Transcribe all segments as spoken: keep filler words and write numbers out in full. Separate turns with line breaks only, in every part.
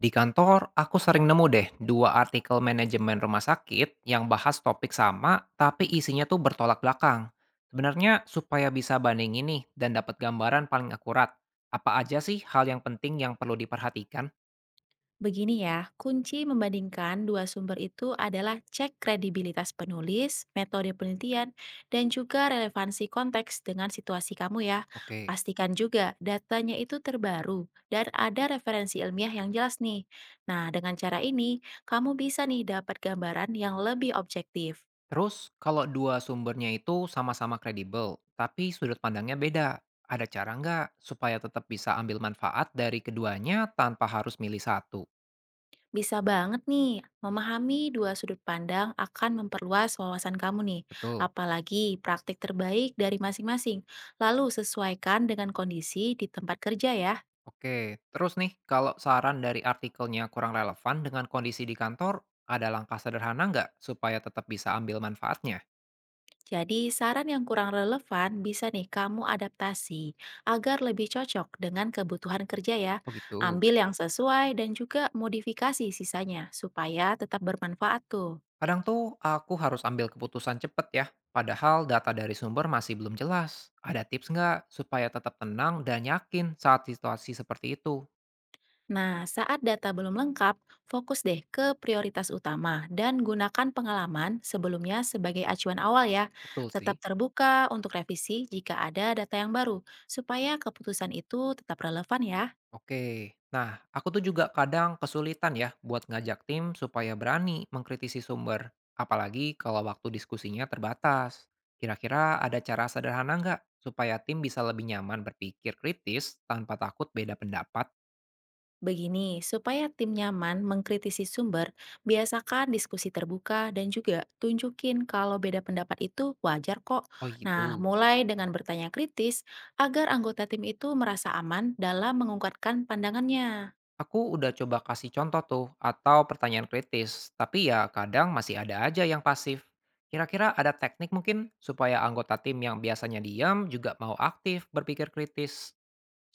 Di kantor, aku sering nemu deh dua artikel manajemen rumah sakit yang bahas topik sama, tapi isinya tuh bertolak belakang. Sebenarnya supaya bisa banding ini dan dapat gambaran paling akurat, apa aja sih hal yang penting yang perlu diperhatikan?
Begini ya, kunci membandingkan dua sumber itu adalah cek kredibilitas penulis, metode penelitian, dan juga relevansi konteks dengan situasi kamu ya.
Oke.
Pastikan juga datanya itu terbaru dan ada referensi ilmiah yang jelas nih. Nah, dengan cara ini, kamu bisa nih dapat gambaran yang lebih objektif.
Terus, kalau dua sumbernya itu sama-sama kredibel, tapi sudut pandangnya beda, ada cara nggak supaya tetap bisa ambil manfaat dari keduanya tanpa harus milih satu?
Bisa banget nih, memahami dua sudut pandang akan memperluas wawasan kamu nih,
Betul.
apalagi praktik terbaik dari masing-masing. Lalu sesuaikan dengan kondisi di tempat kerja ya.
Oke, terus nih, kalau saran dari artikelnya kurang relevan dengan kondisi di kantor, ada langkah sederhana nggak supaya tetap bisa ambil manfaatnya?
Jadi saran yang kurang relevan bisa nih kamu adaptasi agar lebih cocok dengan kebutuhan kerja ya.
Oh gitu.
Ambil yang sesuai dan juga modifikasi sisanya supaya tetap bermanfaat tuh.
Kadang tuh aku harus ambil keputusan cepet ya, padahal data dari sumber masih belum jelas. Ada tips nggak supaya tetap tenang dan yakin saat situasi seperti itu?
Nah, saat data belum lengkap, fokus deh ke prioritas utama dan gunakan pengalaman sebelumnya sebagai acuan awal ya.
Betul sih.
Tetap terbuka untuk revisi jika ada data yang baru, supaya keputusan itu tetap relevan ya.
Oke, nah aku tuh juga kadang kesulitan ya buat ngajak tim supaya berani mengkritisi sumber, apalagi kalau waktu diskusinya terbatas. Kira-kira ada cara sederhana nggak supaya tim bisa lebih nyaman berpikir kritis tanpa takut beda pendapat?
Begini, supaya tim nyaman mengkritisi sumber, biasakan diskusi terbuka dan juga tunjukin kalau beda pendapat itu wajar kok.
Oh
Nah,
gitu.
mulai dengan bertanya kritis agar anggota tim itu merasa aman dalam mengungkapkan pandangannya.
Aku udah coba kasih contoh tuh atau pertanyaan kritis, tapi ya kadang masih ada aja yang pasif. Kira-kira ada teknik mungkin supaya anggota tim yang biasanya diam juga mau aktif berpikir kritis?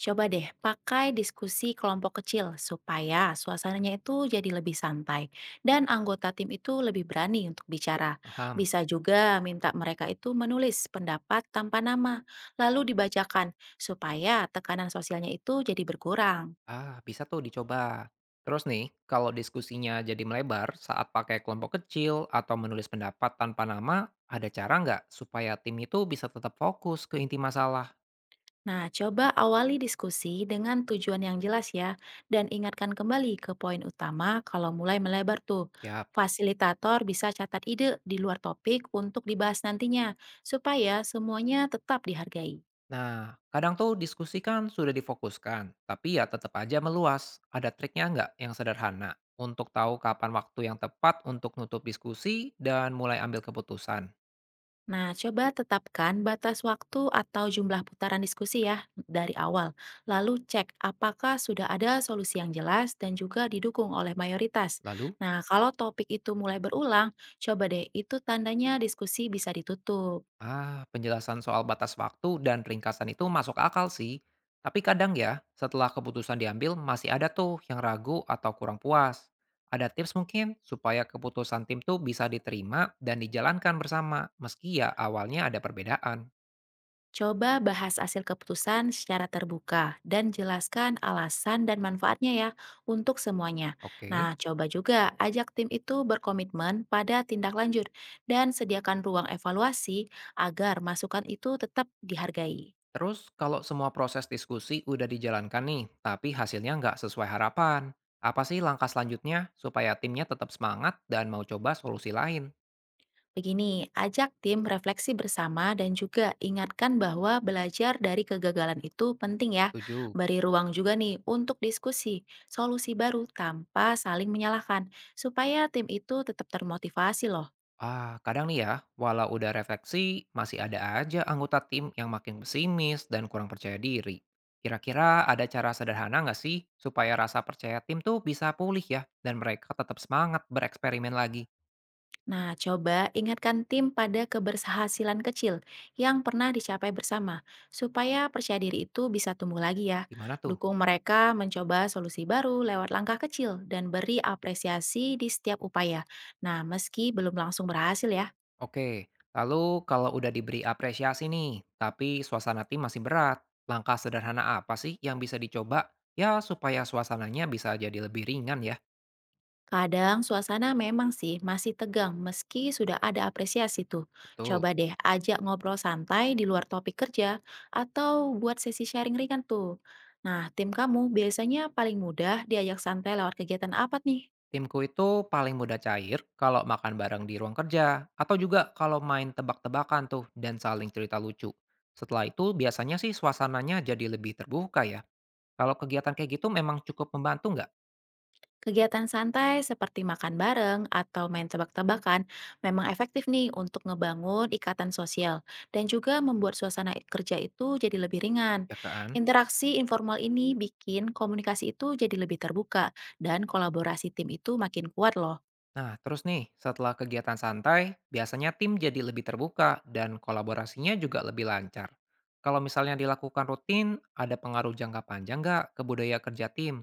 Coba deh pakai diskusi kelompok kecil supaya suasananya itu jadi lebih santai dan anggota tim itu lebih berani untuk bicara.
Paham?
Bisa juga minta mereka itu menulis pendapat tanpa nama lalu dibacakan supaya tekanan sosialnya itu jadi berkurang.
Ah, bisa tuh dicoba. Terus nih, kalau diskusinya jadi melebar saat pakai kelompok kecil atau menulis pendapat tanpa nama, ada cara nggak supaya tim itu bisa tetap fokus ke inti masalah?
Nah, coba awali diskusi dengan tujuan yang jelas ya, dan ingatkan kembali ke poin utama kalau mulai melebar tuh.
Siap.
Fasilitator bisa catat ide di luar topik untuk dibahas nantinya, supaya semuanya tetap dihargai.
Nah, kadang tuh diskusi kan sudah difokuskan, tapi ya tetap aja meluas. Ada triknya nggak yang sederhana untuk tahu kapan waktu yang tepat untuk nutup diskusi dan mulai ambil keputusan?
Nah, coba tetapkan batas waktu atau jumlah putaran diskusi ya dari awal. Lalu cek apakah sudah ada solusi yang jelas dan juga didukung oleh mayoritas.
Lalu?
Nah, kalau topik itu mulai berulang, coba deh itu tandanya diskusi bisa ditutup.
Ah, penjelasan soal batas waktu dan ringkasan itu masuk akal sih. Tapi kadang ya, setelah keputusan diambil masih ada tuh yang ragu atau kurang puas. Ada tips mungkin supaya keputusan tim tuh bisa diterima dan dijalankan bersama, meski ya awalnya ada perbedaan.
Coba bahas hasil keputusan secara terbuka dan jelaskan alasan dan manfaatnya ya untuk semuanya.
Oke.
Nah, coba juga ajak tim itu berkomitmen pada tindak lanjut dan sediakan ruang evaluasi agar masukan itu tetap dihargai.
Terus kalau semua proses diskusi udah dijalankan nih, tapi hasilnya nggak sesuai harapan. Apa sih langkah selanjutnya supaya timnya tetap semangat dan mau coba solusi lain?
Begini, ajak tim refleksi bersama dan juga ingatkan bahwa belajar dari kegagalan itu penting ya.
Tujuh.
Beri ruang juga nih untuk diskusi solusi baru tanpa saling menyalahkan supaya tim itu tetap termotivasi loh.
Ah, kadang nih ya, walau udah refleksi, masih ada aja anggota tim yang makin pesimis dan kurang percaya diri. Kira-kira ada cara sederhana nggak sih supaya rasa percaya tim tuh bisa pulih ya dan mereka tetap semangat bereksperimen lagi?
Nah, coba ingatkan tim pada keberhasilan kecil yang pernah dicapai bersama, supaya percaya diri itu bisa tumbuh lagi ya.
Gimana tuh?
Dukung mereka mencoba solusi baru lewat langkah kecil dan beri apresiasi di setiap upaya. Nah, meski belum langsung berhasil ya.
Oke, lalu kalau udah diberi apresiasi nih, tapi suasana tim masih berat, langkah sederhana apa sih yang bisa dicoba? Ya supaya suasananya bisa jadi lebih ringan ya,
Kadang suasana memang sih masih tegang meski sudah ada apresiasi tuh.
betul.
Coba deh ajak ngobrol santai di luar topik kerja atau buat sesi sharing ringan tuh. Nah, tim kamu biasanya paling mudah diajak santai lewat kegiatan apa nih?
Timku itu paling mudah cair kalau makan bareng di ruang kerja, atau juga kalau main tebak-tebakan tuh dan saling cerita lucu. Setelah itu biasanya sih suasananya jadi lebih terbuka ya. Kalau kegiatan kayak gitu memang cukup membantu nggak?
Kegiatan santai seperti makan bareng atau main tebak-tebakan memang efektif nih untuk ngebangun ikatan sosial dan juga membuat suasana kerja itu jadi lebih ringan.
Ya kan?
Interaksi informal ini bikin komunikasi itu jadi lebih terbuka dan kolaborasi tim itu makin kuat loh.
Nah, terus nih, setelah kegiatan santai, biasanya tim jadi lebih terbuka dan kolaborasinya juga lebih lancar. Kalau misalnya dilakukan rutin, ada pengaruh jangka panjang nggak ke budaya kerja tim?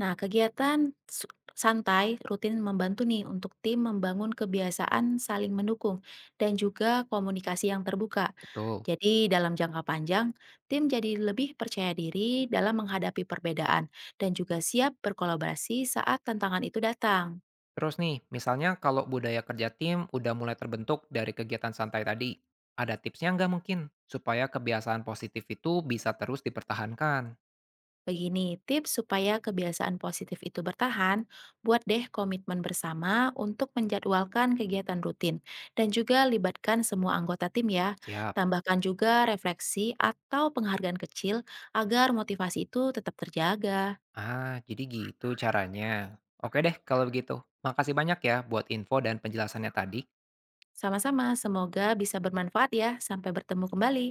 Nah, kegiatan su- santai rutin membantu nih untuk tim membangun kebiasaan saling mendukung dan juga komunikasi yang terbuka.
Betul.
Jadi, dalam jangka panjang, tim jadi lebih percaya diri dalam menghadapi perbedaan dan juga siap berkolaborasi saat tantangan itu datang.
Terus nih, misalnya kalau budaya kerja tim udah mulai terbentuk dari kegiatan santai tadi, ada tipsnya nggak mungkin supaya kebiasaan positif itu bisa terus dipertahankan?
Begini, tips supaya kebiasaan positif itu bertahan, buat deh komitmen bersama untuk menjadwalkan kegiatan rutin dan juga libatkan semua anggota tim ya.
Siap.
Tambahkan juga refleksi atau penghargaan kecil agar motivasi itu tetap terjaga.
Ah, jadi gitu caranya. Oke deh kalau begitu. Makasih banyak ya buat info dan penjelasannya tadi.
Sama-sama, semoga bisa bermanfaat ya. Sampai bertemu kembali.